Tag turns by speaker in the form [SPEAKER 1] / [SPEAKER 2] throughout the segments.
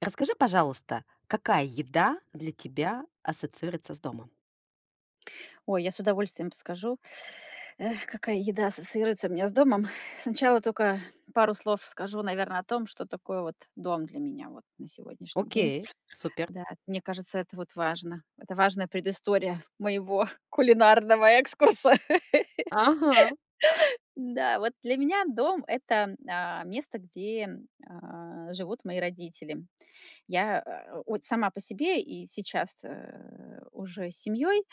[SPEAKER 1] Расскажи, пожалуйста, какая еда для тебя ассоциируется с домом?
[SPEAKER 2] Ой, я с удовольствием расскажу, эх, какая еда ассоциируется у меня с домом. Сначала только пару слов скажу, наверное, о том, что такое вот дом для меня вот на сегодняшний день.
[SPEAKER 1] Окей, супер.
[SPEAKER 2] Да, мне кажется, это вот важно. Это важная предыстория моего кулинарного экскурса.
[SPEAKER 1] Ага.
[SPEAKER 2] Да, вот для меня дом — это, место, где, живут мои родители. Я, вот сама по себе и сейчас, уже с семьей,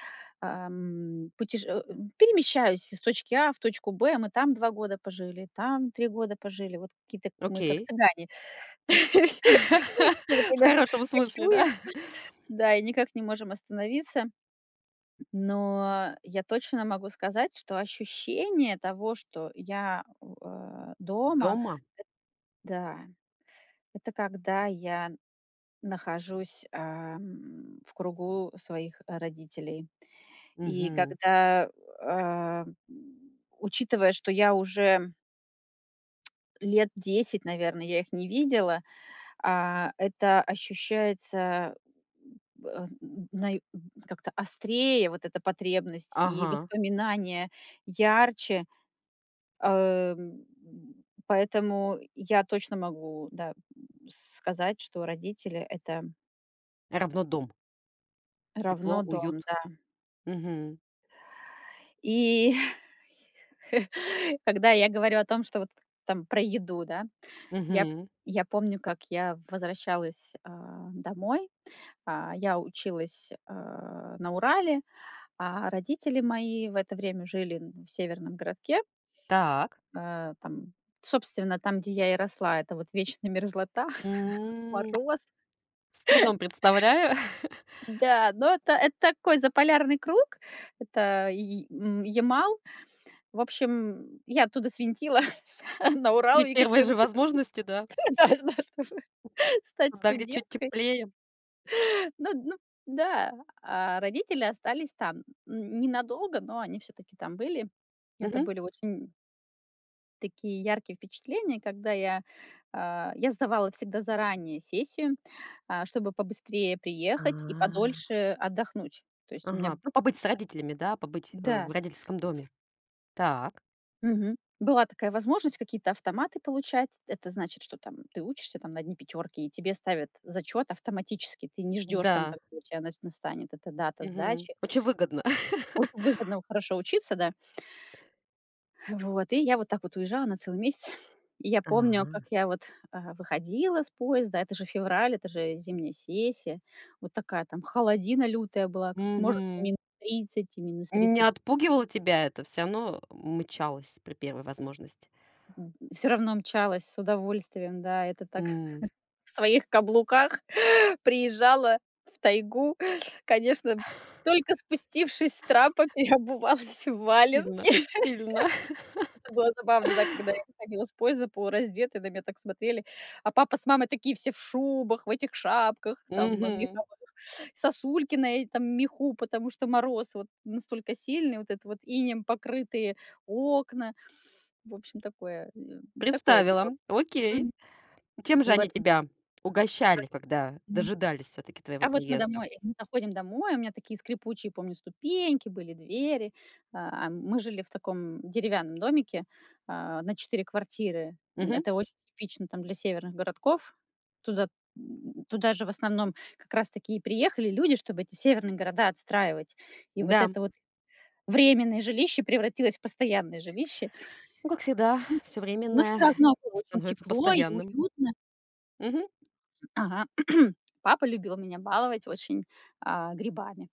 [SPEAKER 2] ам, путеше э, м, перемещаюсь из точки А в точку Б. Мы там 2 года пожили, там 3 года пожили. Вот какие-то мы как
[SPEAKER 1] Окей.
[SPEAKER 2] цыгане. Всё
[SPEAKER 1] В
[SPEAKER 2] время
[SPEAKER 1] хорошем смысле, да?
[SPEAKER 2] кочуем, да, и никак не можем остановиться. Но я точно могу сказать, что ощущение того, что я, дома,
[SPEAKER 1] Дома?
[SPEAKER 2] да, это когда я нахожусь, в кругу своих родителей. И
[SPEAKER 1] Мгм.
[SPEAKER 2] когда, учитывая, что я уже лет 10, наверное, я их не видела, это ощущается, э, наи как-то острее, вот эта потребность, и
[SPEAKER 1] Ага.
[SPEAKER 2] воспоминания ярче. Эм, Поэтому я точно могу, да, сказать, что родители — это
[SPEAKER 1] Равно дом. Тепло,
[SPEAKER 2] равно дом,
[SPEAKER 1] уют.
[SPEAKER 2] да.
[SPEAKER 1] Мгм.
[SPEAKER 2] И когда я говорю о том, что вот там про еду, да, я
[SPEAKER 1] Мгм.
[SPEAKER 2] я помню, как я возвращалась, домой. Я училась, на Урале, а родители мои в это время жили в северном городке.
[SPEAKER 1] Так.
[SPEAKER 2] Там, собственно, там, где я и росла, это вот вечная мерзлота,
[SPEAKER 1] М,
[SPEAKER 2] мороз.
[SPEAKER 1] с трудом представляю.
[SPEAKER 2] Да, но это такой заполярный круг. Это и, Ямал. В общем, я оттуда свинтила на Урал,
[SPEAKER 1] При
[SPEAKER 2] в
[SPEAKER 1] первой же
[SPEAKER 2] Екатеринбург,
[SPEAKER 1] возможности, да.
[SPEAKER 2] да, да, чтобы стать
[SPEAKER 1] Туда, где чуть
[SPEAKER 2] студенткой.
[SPEAKER 1] теплее.
[SPEAKER 2] Ну, да, а родители остались там. Н ненадолго, но они все таки там были. Это
[SPEAKER 1] Мгм.
[SPEAKER 2] были очень такие яркие впечатления, когда я сдавала всегда заранее сессию, чтобы побыстрее приехать и
[SPEAKER 1] А,
[SPEAKER 2] подольше отдохнуть. То есть у меня,
[SPEAKER 1] ага. Ну, побыть с родителями, да, побыть в
[SPEAKER 2] да.
[SPEAKER 1] родительском доме. Так.
[SPEAKER 2] Мгм. Была такая возможность какие-то автоматы получать. Это значит, что там ты учишься там на одни пятерки, и тебе ставят зачет автоматически. Ты не ждешь там,
[SPEAKER 1] Да.
[SPEAKER 2] когда у тебя настанет эта дата
[SPEAKER 1] Мгм.
[SPEAKER 2] сдачи.
[SPEAKER 1] Очень выгодно.
[SPEAKER 2] Очень выгодно хорошо учиться, да. Вот. И я вот так вот уезжала на целый месяц. И я помню,
[SPEAKER 1] Ага.
[SPEAKER 2] как я выходила с поезда, это же февраль, это же зимняя сессия, вот такая там холодина лютая была, как может и
[SPEAKER 1] Мгм.
[SPEAKER 2] -30, и минус
[SPEAKER 1] Не
[SPEAKER 2] 30.
[SPEAKER 1] отпугивало тебя это? Все равно мчалась при первой возможности?
[SPEAKER 2] Все равно мчалась с удовольствием, да, это так
[SPEAKER 1] М.
[SPEAKER 2] в своих каблуках приезжала в тайгу. Конечно, только спустившись с трапа, переобувалась в
[SPEAKER 1] Сильно,
[SPEAKER 2] валенки.
[SPEAKER 1] сильно.
[SPEAKER 2] Это было забавно, да, когда я выходила с поезда полураздетой, на меня так смотрели. А папа с мамой такие все в шубах, в этих шапках, там,
[SPEAKER 1] Мгм.
[SPEAKER 2] меха сосульки на этом меху, потому что мороз вот настолько сильный, вот это вот инем покрытые окна. В общем, такое, такое
[SPEAKER 1] Представила.
[SPEAKER 2] дело.
[SPEAKER 1] Окей.
[SPEAKER 2] Мгм.
[SPEAKER 1] Чем же
[SPEAKER 2] И вот
[SPEAKER 1] они тебя угощали, когда дожидались все таки твоего
[SPEAKER 2] А вот мы
[SPEAKER 1] приезда?
[SPEAKER 2] домой мы заходим домой, у меня такие скрипучие, помню, ступеньки были, двери. А мы жили в таком деревянном домике, на 4 квартиры.
[SPEAKER 1] Мгм.
[SPEAKER 2] Это очень типично там для северных городков. Туда Туда же в основном как раз такие приехали люди, чтобы эти северные города отстраивать. И вот
[SPEAKER 1] Да.
[SPEAKER 2] это вот временное жилище превратилось в постоянное жилище.
[SPEAKER 1] Ну, как всегда,
[SPEAKER 2] Ну,
[SPEAKER 1] все
[SPEAKER 2] но
[SPEAKER 1] временное
[SPEAKER 2] все равно было очень
[SPEAKER 1] становится
[SPEAKER 2] тепло и
[SPEAKER 1] постоянным.
[SPEAKER 2] уютно.
[SPEAKER 1] Мгм.
[SPEAKER 2] Ага. Папа любил меня баловать очень, грибами.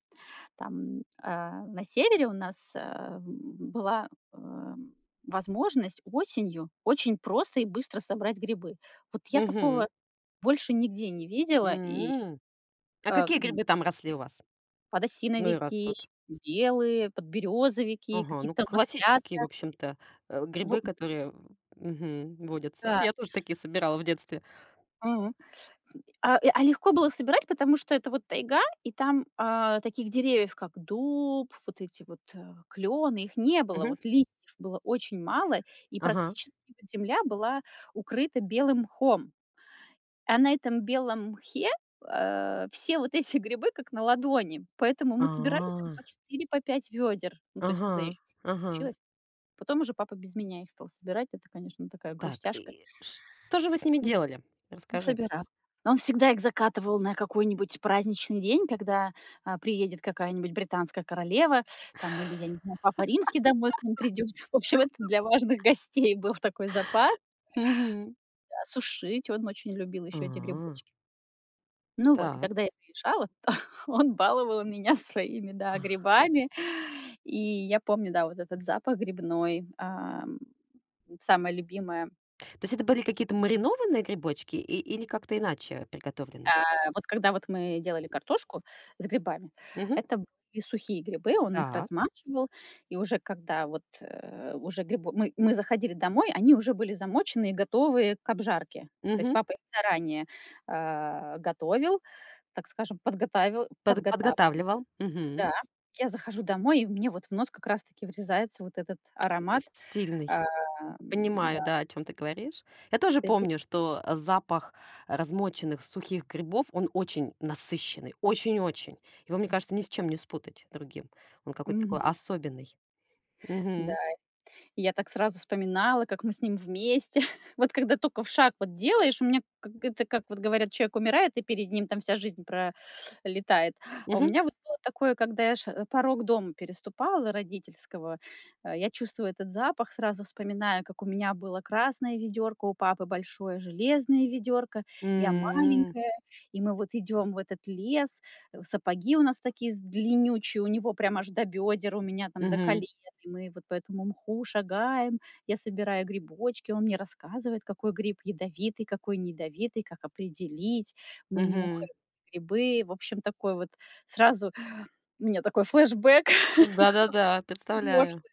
[SPEAKER 2] Там, на севере у нас, была, возможность осенью очень просто и быстро собрать грибы. Вот я
[SPEAKER 1] Мгм.
[SPEAKER 2] такого больше нигде не видела.
[SPEAKER 1] М. А
[SPEAKER 2] А,
[SPEAKER 1] какие грибы там росли у вас? Ну и
[SPEAKER 2] Подосиновики,
[SPEAKER 1] растут?
[SPEAKER 2] белые, подберезовики,
[SPEAKER 1] Ага, ну,
[SPEAKER 2] какие-то
[SPEAKER 1] классические,
[SPEAKER 2] маслята.
[SPEAKER 1] в общем-то, грибы,
[SPEAKER 2] Во
[SPEAKER 1] которые, мгм, водятся.
[SPEAKER 2] Да.
[SPEAKER 1] Я тоже такие собирала в детстве.
[SPEAKER 2] А легко было собирать, потому что это вот тайга, и там, таких деревьев, как дуб, вот эти вот, клены, их не было.
[SPEAKER 1] Мгм.
[SPEAKER 2] Вот листьев было очень мало, и
[SPEAKER 1] Ага.
[SPEAKER 2] практически вот земля была укрыта белым мхом. А на этом белом мхе, все вот эти грибы как на ладони. Поэтому
[SPEAKER 1] А,
[SPEAKER 2] мы собирали там по 4, по 5 ведер. Ну, то есть
[SPEAKER 1] ага,
[SPEAKER 2] когда я еще
[SPEAKER 1] ага.
[SPEAKER 2] училась. Потом уже папа без меня их стал собирать. Это, конечно, такая
[SPEAKER 1] Так,
[SPEAKER 2] грустяшка.
[SPEAKER 1] и что же вы с ними делали?
[SPEAKER 2] Ну,
[SPEAKER 1] Расскажи.
[SPEAKER 2] собирал. Он всегда их закатывал на какой-нибудь праздничный день, когда, приедет какая-нибудь британская королева, там, или, я не знаю, папа римский домой к ним придет. В общем, это для важных гостей был такой запас.
[SPEAKER 1] Мгм.
[SPEAKER 2] А сушить он очень любил
[SPEAKER 1] А,
[SPEAKER 2] еще эти грибочки. Ну вот, и
[SPEAKER 1] так.
[SPEAKER 2] когда я приезжала, то он баловал меня своими, да,
[SPEAKER 1] А.
[SPEAKER 2] грибами. И я помню, да, вот этот запах грибной, самое любимое.
[SPEAKER 1] То есть это были какие-то маринованные грибочки и или как-то иначе приготовленные?
[SPEAKER 2] Вот когда вот мы делали картошку с грибами,
[SPEAKER 1] Мгм.
[SPEAKER 2] это были сухие грибы, он их
[SPEAKER 1] Так.
[SPEAKER 2] размачивал, и уже когда вот, уже грибы мы заходили домой, они уже были замочены и готовые к обжарке. То есть
[SPEAKER 1] Мгм.
[SPEAKER 2] папа их заранее, готовил, так скажем, подготовил,
[SPEAKER 1] Под
[SPEAKER 2] подготавливал,
[SPEAKER 1] подготавливал. Мгм.
[SPEAKER 2] да. Я захожу домой, и мне вот в нос как раз таки врезается вот этот аромат.
[SPEAKER 1] С сильный.
[SPEAKER 2] Ам, да,
[SPEAKER 1] Понимаю, да, о чем ты говоришь. Я тоже
[SPEAKER 2] эти.
[SPEAKER 1] помню, что, запах размоченных сухих грибов, он очень насыщенный, очень-очень. Его, мне кажется, ни с чем не спутать другим. Он какой-то такой
[SPEAKER 2] Мгм.
[SPEAKER 1] особенный.
[SPEAKER 2] Да.
[SPEAKER 1] Мгм.
[SPEAKER 2] И я так сразу вспоминала, как мы с ним вместе. Вот когда только в шаг вот делаешь, у меня как это, как вот говорят, человек умирает, и перед ним там вся жизнь пролетает. А у
[SPEAKER 1] Мгм.
[SPEAKER 2] меня вот было такое, когда я порог дома переступала родительского, я чувствую этот запах, сразу вспоминаю, как у меня было красное ведерко, у папы большое железное ведерко, я
[SPEAKER 1] М.
[SPEAKER 2] маленькая, и мы вот идем в этот лес, сапоги у нас такие с длиннючие, у него прям аж до бедер, у меня там до
[SPEAKER 1] Мгм.
[SPEAKER 2] колен, и мы вот по этому мху шагаем, я собираю грибочки, он мне рассказывает, какой гриб ядовитый, какой не ядовитый, как определить, мы
[SPEAKER 1] Мгм.
[SPEAKER 2] нюхаем грибы, в общем, такой вот сразу у меня такой флешбэк.
[SPEAKER 1] Да-да-да, представляю.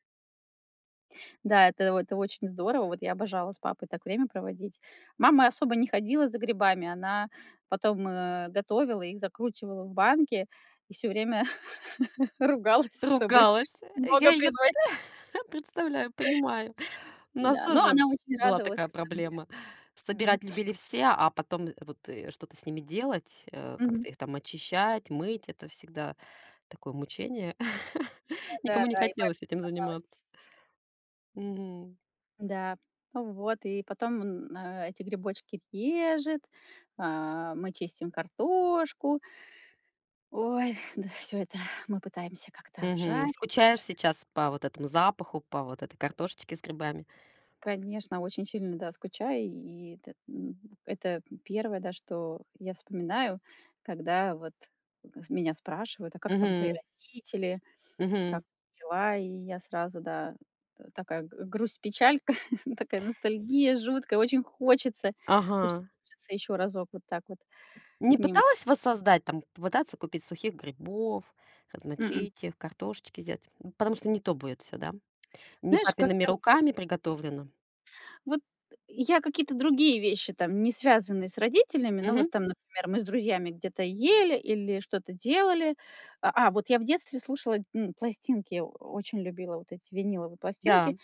[SPEAKER 2] Да, это вот это очень здорово. Вот я обожала с папой так время проводить. Мама особо не ходила за грибами, она потом, готовила их, закручивала в банки и все время ругалась, чтобы
[SPEAKER 1] Ругалась.
[SPEAKER 2] слишком
[SPEAKER 1] Я
[SPEAKER 2] много
[SPEAKER 1] ее
[SPEAKER 2] приносить.
[SPEAKER 1] представляю, понимаю. У нас
[SPEAKER 2] Да, но
[SPEAKER 1] тоже
[SPEAKER 2] она очень
[SPEAKER 1] была
[SPEAKER 2] радовалась,
[SPEAKER 1] такая
[SPEAKER 2] когда мы я.
[SPEAKER 1] проблема.
[SPEAKER 2] Мгм.
[SPEAKER 1] Собирать любили все, а потом вот, что-то с ними делать,
[SPEAKER 2] Мгм.
[SPEAKER 1] как-то их там очищать, мыть- это всегда такое мучение.
[SPEAKER 2] да
[SPEAKER 1] Никому не
[SPEAKER 2] да и папе
[SPEAKER 1] хотелось этим
[SPEAKER 2] доставалось.
[SPEAKER 1] заниматься. Мгм.
[SPEAKER 2] Да, ну вот, и потом он, эти грибочки режет, а, мы чистим картошку. Ой, да всё это мы пытаемся как-то
[SPEAKER 1] Мгм.
[SPEAKER 2] обжарить.
[SPEAKER 1] Скучаешь сейчас по вот этому запаху, по вот этой картошечке с грибами?
[SPEAKER 2] Конечно, очень сильно, да, скучаю. И это первое, да, что я вспоминаю, когда вот с меня спрашивают: а как там твои
[SPEAKER 1] Мгм.
[SPEAKER 2] родители, как
[SPEAKER 1] Мгм.
[SPEAKER 2] дела? И я сразу, да, такая грусть-печалька, такая ностальгия жуткая. Очень
[SPEAKER 1] Ага.
[SPEAKER 2] хочется еще разок вот так вот
[SPEAKER 1] Не
[SPEAKER 2] с ним.
[SPEAKER 1] пыталась воссоздать, там попытаться купить сухих грибов,
[SPEAKER 2] М-м.
[SPEAKER 1] размочить их, картошечки сделать? Ну, потому что не то будет всё, да? Не
[SPEAKER 2] Знаешь,
[SPEAKER 1] папиными
[SPEAKER 2] как-то
[SPEAKER 1] руками приготовлено.
[SPEAKER 2] Вот я какие-то другие вещи, там, не связанные с родителями, но
[SPEAKER 1] Мгм.
[SPEAKER 2] вот там, например, мы с друзьями где-то ели или что-то делали. Вот я в детстве слушала, пластинки, о очень любила вот эти виниловые
[SPEAKER 1] Да.
[SPEAKER 2] пластинки,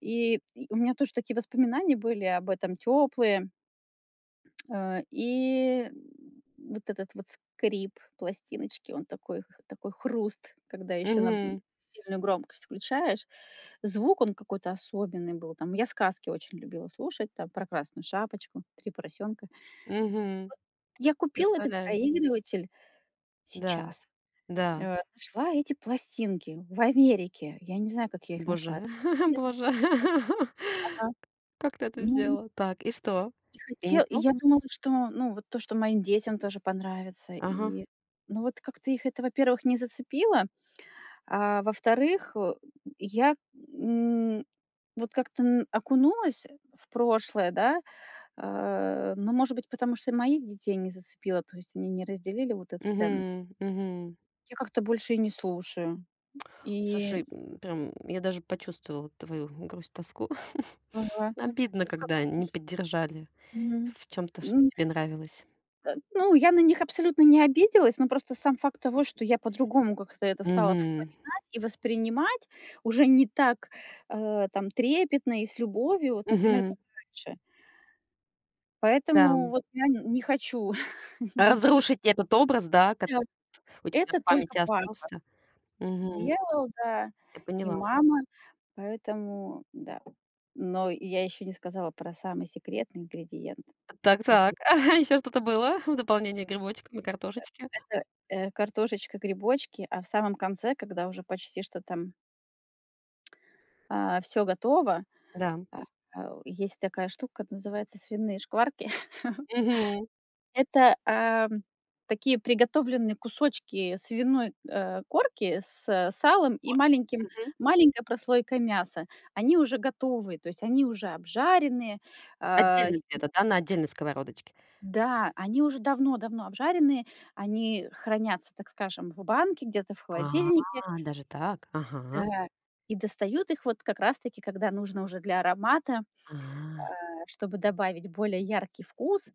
[SPEAKER 2] и у меня тоже такие воспоминания были об этом, теплые. И вот этот вот скрип пластиночки, он такой, такой хруст, когда еще на
[SPEAKER 1] Мгм.
[SPEAKER 2] сильную громкость включаешь. Звук он какой-то особенный был. Там я сказки очень любила слушать, там про Красную Шапочку, три поросенка.
[SPEAKER 1] Мгм.
[SPEAKER 2] Я купила этот
[SPEAKER 1] Представляю.
[SPEAKER 2] проигрыватель
[SPEAKER 1] Да,
[SPEAKER 2] сейчас.
[SPEAKER 1] да.
[SPEAKER 2] Нашла эти пластинки в Америке. Я не знаю, как я их
[SPEAKER 1] Боже,
[SPEAKER 2] нашла. Это вот советские
[SPEAKER 1] боже.
[SPEAKER 2] пластинки. Ага.
[SPEAKER 1] Как ты это
[SPEAKER 2] Ну
[SPEAKER 1] сделала? Так, и что?
[SPEAKER 2] И
[SPEAKER 1] И не
[SPEAKER 2] хотел, и
[SPEAKER 1] то?
[SPEAKER 2] я думала, что, ну, вот то, что моим детям тоже понравится.
[SPEAKER 1] Ага.
[SPEAKER 2] И, ну, вот как-то их это, во-первых, не зацепило, а во-вторых, я, вот как-то н окунулась в прошлое, да, но, может быть, потому что и моих детей не зацепило, то есть они не разделили вот эту ценность.
[SPEAKER 1] Мгм, мгм.
[SPEAKER 2] Я как-то больше и не слушаю. И,
[SPEAKER 1] Слушай, м, прям я даже почувствовала твою грусть, тоску.
[SPEAKER 2] ага,
[SPEAKER 1] Обидно,
[SPEAKER 2] то есть как
[SPEAKER 1] когда
[SPEAKER 2] будто
[SPEAKER 1] не
[SPEAKER 2] ж.
[SPEAKER 1] поддержали.
[SPEAKER 2] Мгм.
[SPEAKER 1] В чем то что тебе нравилось.
[SPEAKER 2] Ну, я на них абсолютно не обиделась, но просто сам факт того, что я по-другому как-то это стала
[SPEAKER 1] Мгм.
[SPEAKER 2] вспоминать и воспринимать уже не так, там трепетно и с любовью, вот, например,
[SPEAKER 1] Мгм.
[SPEAKER 2] как раньше.
[SPEAKER 1] Да.
[SPEAKER 2] Поэтому вот я н не хочу, не пусть,
[SPEAKER 1] Разрушить этот образ, да, кот
[SPEAKER 2] да,
[SPEAKER 1] у тебя
[SPEAKER 2] это
[SPEAKER 1] в
[SPEAKER 2] только
[SPEAKER 1] памяти
[SPEAKER 2] папа
[SPEAKER 1] остался. Мгм.
[SPEAKER 2] делал, да,
[SPEAKER 1] Я
[SPEAKER 2] и
[SPEAKER 1] поняла.
[SPEAKER 2] мама, поэтому да. Но я еще не сказала про самый секретный ингредиент.
[SPEAKER 1] Так
[SPEAKER 2] Это
[SPEAKER 1] так. Еще что-то было в дополнение к грибочкам и картошечке?
[SPEAKER 2] это, картошечка, грибочки, а в самом конце, когда уже почти что там все готово.
[SPEAKER 1] Да.
[SPEAKER 2] А, Есть такая штука, называется свиные шкварки.
[SPEAKER 1] Мгм.
[SPEAKER 2] Это, такие приготовленные кусочки свиной, корки с салом и
[SPEAKER 1] Вот,
[SPEAKER 2] маленьким
[SPEAKER 1] мгм.
[SPEAKER 2] маленькой прослойкой мяса. Они уже готовые, то есть они уже обжаренные. А,
[SPEAKER 1] Отдельно
[SPEAKER 2] с
[SPEAKER 1] где-то, да, на отдельной сковородочке?
[SPEAKER 2] Да, они уже давно-давно обжаренные, они хранятся, так скажем, в банке, где-то в
[SPEAKER 1] А,
[SPEAKER 2] холодильнике.
[SPEAKER 1] даже так? Ага.
[SPEAKER 2] Да, и достают их вот как раз таки, когда нужно уже для аромата.
[SPEAKER 1] А.
[SPEAKER 2] Чтобы добавить более яркий вкус,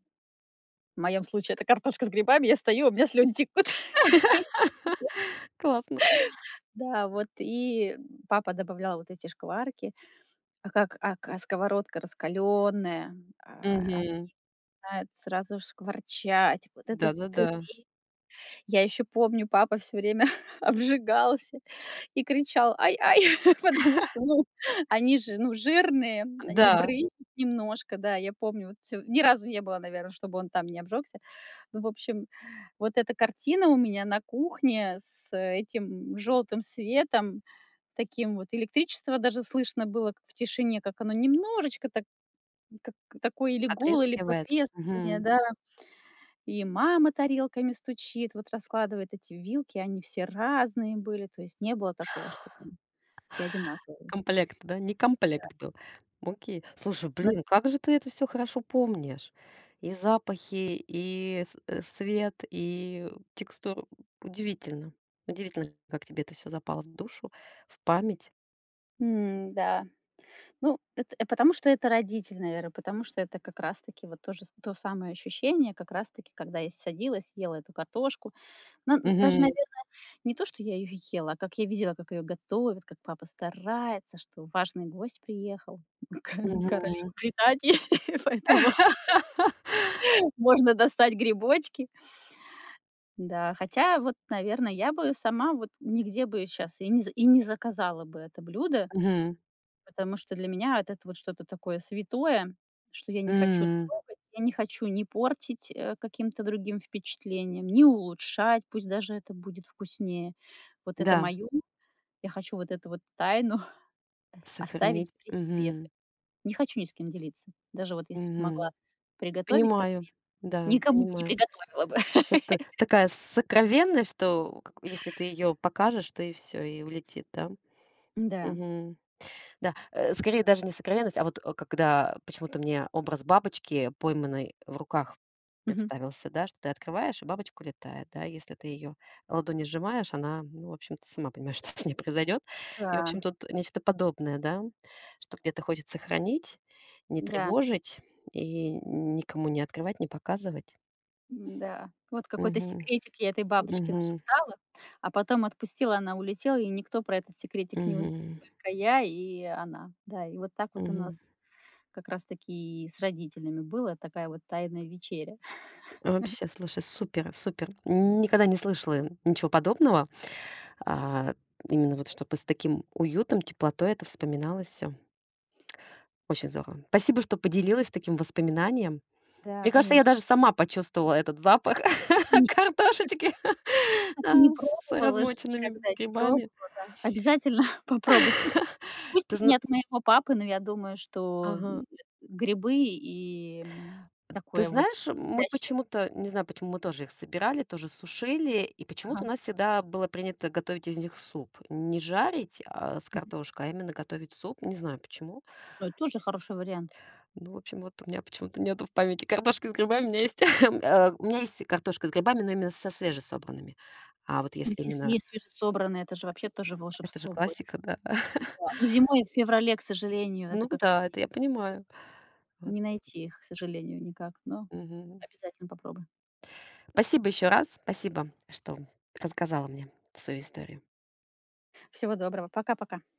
[SPEAKER 2] в моем случае это картошка с грибами, я стою, у меня слюни текут.
[SPEAKER 1] Классно.
[SPEAKER 2] Да, вот и папа добавлял вот эти шкварки. А как а к а сковородка раскаленная, они
[SPEAKER 1] Мгм.
[SPEAKER 2] начинают сразу шкварчать. Вот этот. Ты.
[SPEAKER 1] Да-да-да.
[SPEAKER 2] Я еще помню, папа все время обжигался и кричал: "Ай-ай!" Потому что, ну, они же, ну, жирные, они
[SPEAKER 1] Да,
[SPEAKER 2] брынзят немножко, да. Я помню, вот всё ни разу не было, наверное, чтобы он там не обжегся. Ну, в общем, вот эта картина у меня на кухне с этим желтым светом, таким вот электричество даже слышно было в тишине, как оно немножечко так, как такой или гул, или
[SPEAKER 1] отрезки в этом.
[SPEAKER 2] потрескивание,
[SPEAKER 1] Мгм.
[SPEAKER 2] да. И мама тарелками стучит, вот раскладывает эти вилки, они все разные были, то есть не было такого, что там все одинаковые.
[SPEAKER 1] Комплект, да? Не комплект был. Окей. Слушай,
[SPEAKER 2] Но,
[SPEAKER 1] блин, как же ты это все хорошо помнишь? И запахи, и с свет, и текстуру. Удивительно. Удивительно, как тебе это все запало в душу, в память.
[SPEAKER 2] да. Ну, потому что это родитель, наверное, потому что это как раз таки вот тоже с то самое ощущение, как раз таки, когда я садилась, ела эту картошку. Но н даже,
[SPEAKER 1] Мгм.
[SPEAKER 2] наверное, не то, что я ее ела, а как я видела, как ее готовят, как папа старается, что важный гость приехал, ко
[SPEAKER 1] Мгм.
[SPEAKER 2] королева Британии, поэтому можно достать грибочки. Да, хотя вот, наверное, я бы сама вот нигде бы сейчас и не заказала бы это блюдо.
[SPEAKER 1] Мгм.
[SPEAKER 2] Потому что для меня вот это вот что-то такое святое, что я не хочу
[SPEAKER 1] М.
[SPEAKER 2] трогать, я не хочу не портить, каким-то другим впечатлением, не улучшать, пусть даже это будет вкуснее. Вот это
[SPEAKER 1] Да,
[SPEAKER 2] мое, я хочу вот эту вот тайну оставить
[SPEAKER 1] сохранить.
[SPEAKER 2] при себе.
[SPEAKER 1] Мгм.
[SPEAKER 2] Не хочу ни с кем делиться. Даже вот если б могла
[SPEAKER 1] Мгм.
[SPEAKER 2] приготовить, так
[SPEAKER 1] Понимаю. Да,
[SPEAKER 2] никому бы не
[SPEAKER 1] понимаю.
[SPEAKER 2] приготовила бы.
[SPEAKER 1] Это такая сокровенность, что как если ты ее покажешь, то и все и улетит, да?
[SPEAKER 2] Да.
[SPEAKER 1] Мгм. Да, скорее даже не сокровенность, а вот, когда почему-то мне образ бабочки, пойманной в руках,
[SPEAKER 2] Мгм.
[SPEAKER 1] представился, да, что ты открываешь, и бабочка улетает, да. Если ты ее ладони сжимаешь, она, ну, в общем, ты сама понимаешь, что с ней произойдет. И, в общем,
[SPEAKER 2] Да,
[SPEAKER 1] тут нечто подобное, да, что где-то хочется хранить, не
[SPEAKER 2] да.
[SPEAKER 1] тревожить и никому не открывать, не показывать.
[SPEAKER 2] Да, вот какой-то
[SPEAKER 1] Мгм.
[SPEAKER 2] секретик я этой бабушке
[SPEAKER 1] Мгм.
[SPEAKER 2] нашептала, а потом отпустила, она улетела, и никто про этот секретик не узнает,
[SPEAKER 1] Мгм.
[SPEAKER 2] только я и она. Да, и вот так вот у
[SPEAKER 1] Мгм.
[SPEAKER 2] нас как раз таки и с родителями было, такая вот тайная вечеря.
[SPEAKER 1] Вообще, слушай, супер, супер. Никогда не слышала ничего подобного. А, именно вот чтобы с таким уютом, теплотой это вспоминалось все. Очень здорово. Спасибо, что поделилась таким воспоминанием.
[SPEAKER 2] Да,
[SPEAKER 1] Мне кажется, я
[SPEAKER 2] конечно.
[SPEAKER 1] даже сама почувствовала этот запах
[SPEAKER 2] Нет,
[SPEAKER 1] картошечки,
[SPEAKER 2] так и не
[SPEAKER 1] а, с
[SPEAKER 2] пробовала же,
[SPEAKER 1] размоченными
[SPEAKER 2] никогда не
[SPEAKER 1] грибами.
[SPEAKER 2] пробовала, да. Обязательно попробуй. Пу Пусть
[SPEAKER 1] Ты
[SPEAKER 2] и
[SPEAKER 1] зна
[SPEAKER 2] не от моего папы, но я думаю, что,
[SPEAKER 1] ага.
[SPEAKER 2] грибы и,
[SPEAKER 1] Ты
[SPEAKER 2] такое вот.
[SPEAKER 1] знаешь, мы
[SPEAKER 2] Чаще.
[SPEAKER 1] почему-то, не знаю, почему мы тоже их собирали, тоже сушили, и почему-то
[SPEAKER 2] Ага.
[SPEAKER 1] у нас всегда было принято готовить из них суп. Не жарить, а, с
[SPEAKER 2] Мгм.
[SPEAKER 1] картошкой, а именно готовить суп. Не знаю почему.
[SPEAKER 2] Ну, это тоже хороший вариант.
[SPEAKER 1] Ну, в общем, вот у меня почему-то нету в памяти картошки с грибами. У меня есть, у меня есть картошка с грибами, но именно со свежесобранными. А вот
[SPEAKER 2] Ну,
[SPEAKER 1] если
[SPEAKER 2] если
[SPEAKER 1] именно
[SPEAKER 2] есть свежесобранные, это же вообще тоже
[SPEAKER 1] это же
[SPEAKER 2] волшебство будет.
[SPEAKER 1] классика, да.
[SPEAKER 2] Да. Ну, зимой в феврале, к сожалению, это
[SPEAKER 1] Ну
[SPEAKER 2] как вот
[SPEAKER 1] да, это я понимаю. Вот,
[SPEAKER 2] не найти их, к сожалению, никак, но
[SPEAKER 1] мгм.
[SPEAKER 2] обязательно попробуй.
[SPEAKER 1] Спасибо еще раз. Спасибо, что рассказала мне свою историю.
[SPEAKER 2] Всего доброго. Пока-пока.